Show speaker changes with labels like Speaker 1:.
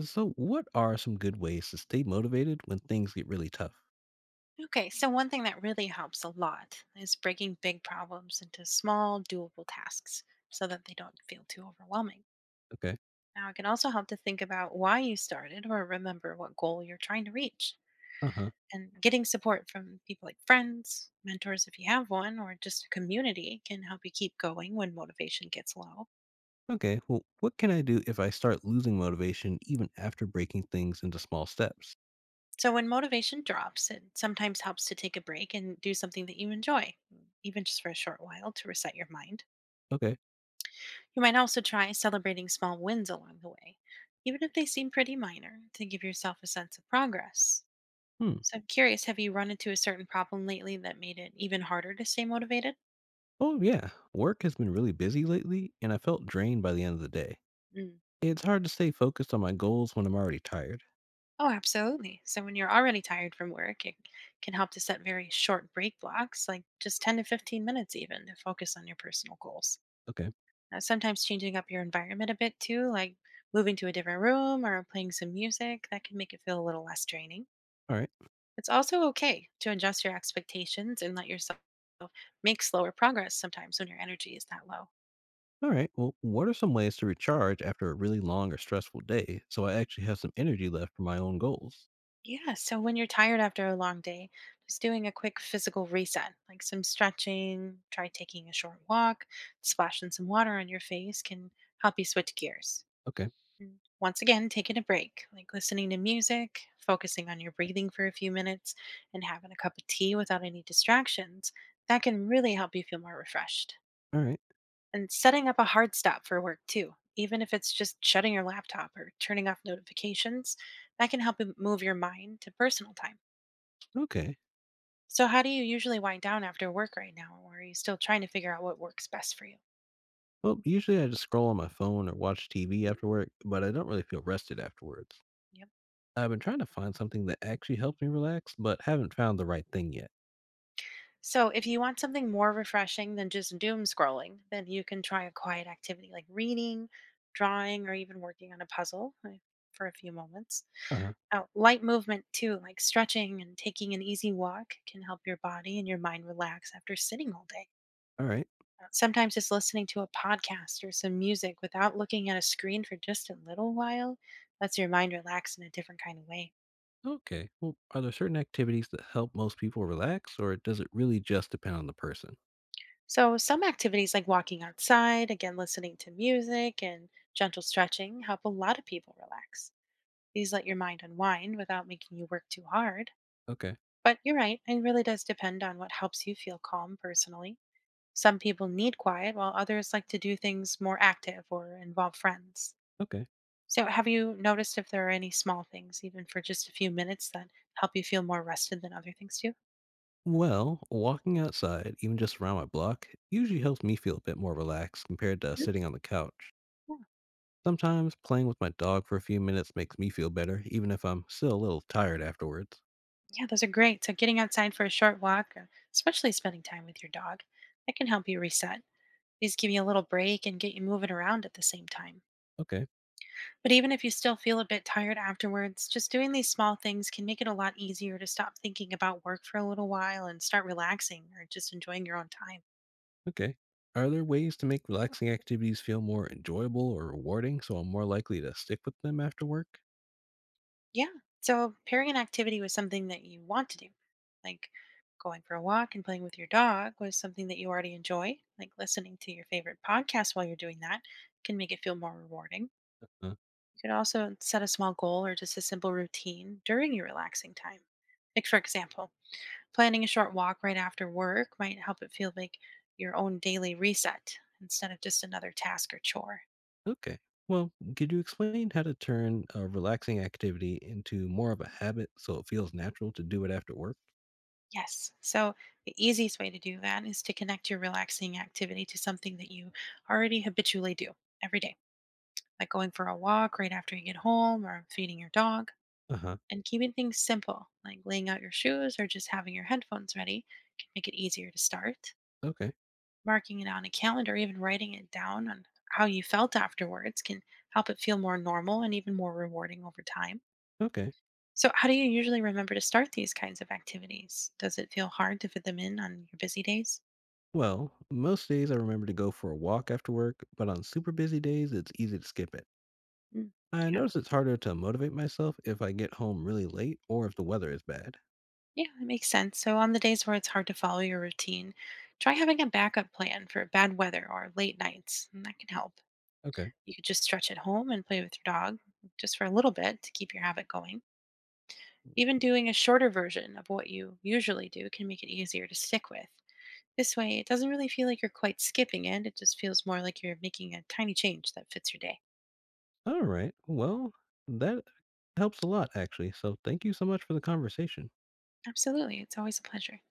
Speaker 1: So, what are some good ways to stay motivated when things get really tough?
Speaker 2: Okay, so one thing that really helps a lot is breaking big problems into small, doable tasks so that they don't feel too overwhelming.
Speaker 1: Okay.
Speaker 2: Now, it can also help to think about why you started or remember what goal you're trying to reach.
Speaker 1: Uh huh.
Speaker 2: And getting support from people like friends, mentors if you have one, or just a community can help you keep going when motivation gets low.
Speaker 1: Okay. Well, what can I do if I start losing motivation even after breaking things into small steps?
Speaker 2: So, when motivation drops, it sometimes helps to take a break and do something that you enjoy, even just for a short while to reset your mind.
Speaker 1: Okay.
Speaker 2: You might also try celebrating small wins along the way, even if they seem pretty minor, to give yourself a sense of progress.
Speaker 1: Hmm.
Speaker 2: So, I'm curious, have you run into a certain problem lately that made it even harder to stay motivated?
Speaker 1: Oh, yeah. Work has been really busy lately, and I felt drained by the end of the day.
Speaker 2: Mm.
Speaker 1: It's hard to stay focused on my goals when I'm already tired.
Speaker 2: Oh, absolutely. So, when you're already tired from work, it can help to set very short break blocks, like just 10 to 15 minutes even, to focus on your personal goals.
Speaker 1: Okay.
Speaker 2: Now, sometimes changing up your environment a bit too, like moving to a different room or playing some music, that can make it feel a little less draining.
Speaker 1: All right.
Speaker 2: It's also okay to adjust your expectations and let yourself make slower progress sometimes when your energy is that low.
Speaker 1: All right. Well, what are some ways to recharge after a really long or stressful day so I actually have some energy left for my own goals?
Speaker 2: Yeah, so when you're tired after a long day, just doing a quick physical reset, like some stretching, try taking a short walk, splashing some water on your face can help you switch gears.
Speaker 1: Okay.
Speaker 2: And once again, taking a break, like listening to music, focusing on your breathing for a few minutes, and having a cup of tea without any distractions, that can really help you feel more refreshed.
Speaker 1: All right.
Speaker 2: And setting up a hard stop for work too, even if it's just shutting your laptop or turning off notifications, that can help you move your mind to personal time.
Speaker 1: Okay.
Speaker 2: So, how do you usually wind down after work right now? Or are you still trying to figure out what works best for you?
Speaker 1: Well, usually I just scroll on my phone or watch TV after
Speaker 2: Mhm.
Speaker 1: work, but I don't really feel rested afterwards.
Speaker 2: Yep.
Speaker 1: I've been trying to find something that actually helps me relax, but haven't found the right thing yet.
Speaker 2: So, if you want something more refreshing than just doom scrolling, then you can try a quiet activity like reading, drawing, or even working on a puzzle for a few moments.
Speaker 1: Uh,
Speaker 2: Oh, light movement too, like stretching and taking an easy walk, can help your body and your mind relax after sitting all day.
Speaker 1: all right.
Speaker 2: Sometimes just listening to a podcast or some music without looking at a screen for just a little while lets your mind relax in a different kind of way.
Speaker 1: Okay. Well, are there certain activities that help most people relax, or does it really just depend on the person?
Speaker 2: So, some activities like walking outside, again, listening to music and gentle stretching help a lot of people relax. These let your mind unwind without making you work too hard.
Speaker 1: Okay.
Speaker 2: But you're right, it really does depend on what helps you feel calm personally. Some people need quiet, while others like to do things more active or involve friends.
Speaker 1: Okay.
Speaker 2: So, have you noticed if there are any small things, even for just a few minutes, that help you feel more rested than other things do?
Speaker 1: Well, walking outside, even just around my block, usually helps me feel a bit more relaxed compared to
Speaker 2: Mhm.
Speaker 1: sitting on the couch.
Speaker 2: Yeah,
Speaker 1: Sometimes playing with my dog for a few minutes makes me feel better, even if I'm still a little tired afterwards.
Speaker 2: yeah, those are great. So, getting outside for a short walk, or especially spending time with your dog, that can help you reset. These give you a little break and get you moving around at the same time.
Speaker 1: Okay.
Speaker 2: But even if you still feel a bit tired afterwards, just doing these small things can make it a lot easier to stop thinking about work for a little while and start relaxing or just enjoying your own time.
Speaker 1: Okay. Are there ways to make relaxing activities feel more enjoyable or rewarding so I'm more likely to stick with them after work?
Speaker 2: Yeah. So pairing an activity with something that you want to do, like going for a walk and playing with your dog, with something that you already enjoy, like listening to your favorite podcast while you're doing that, can make it feel more rewarding. You
Speaker 1: Uh,
Speaker 2: could also set a small goal or just a simple routine during your relaxing time. Like, for example, planning a short walk right after work might help it feel like your own daily reset instead of just another task or chore.
Speaker 1: okay. Well, could you explain how to turn a relaxing activity into more of a habit so it feels natural to do it after work?
Speaker 2: Yes. So the easiest way to do that is to connect your relaxing activity to something that you already habitually do every day, like going for a walk right after you get home or feeding your dog.
Speaker 1: Uh huh.
Speaker 2: And keeping things simple, like laying out your shoes or just having your headphones ready, can make it easier to start.
Speaker 1: Okay.
Speaker 2: Marking it on a calendar, even writing it down on how you felt afterwards, can help it feel more normal and even more rewarding over time.
Speaker 1: Okay.
Speaker 2: So, how do you usually remember to start these kinds of activities? Does it feel hard to fit them in on your busy days?
Speaker 1: Well, most days I remember to go for a walk after work, but on super busy days, it's easy to skip it.
Speaker 2: Mm.
Speaker 1: I
Speaker 2: Yeah,
Speaker 1: notice it's harder to motivate myself if I get home really late or if the weather is bad.
Speaker 2: yeah, that makes sense. So, on the days where it's hard to follow your routine, try having a backup plan for bad weather or late nights, and that can help.
Speaker 1: Okay.
Speaker 2: You could just stretch at home and play with your dog just for a little bit to keep your habit going. Even doing a shorter version of what you usually do can make it easier to stick with. This way, it doesn't really feel like you're quite skipping it, it just feels more like you're making a tiny change that fits your day.
Speaker 1: Alright, well, that helps a lot, actually, so thank you so much for the conversation.
Speaker 2: Absolutely, it's always a pleasure.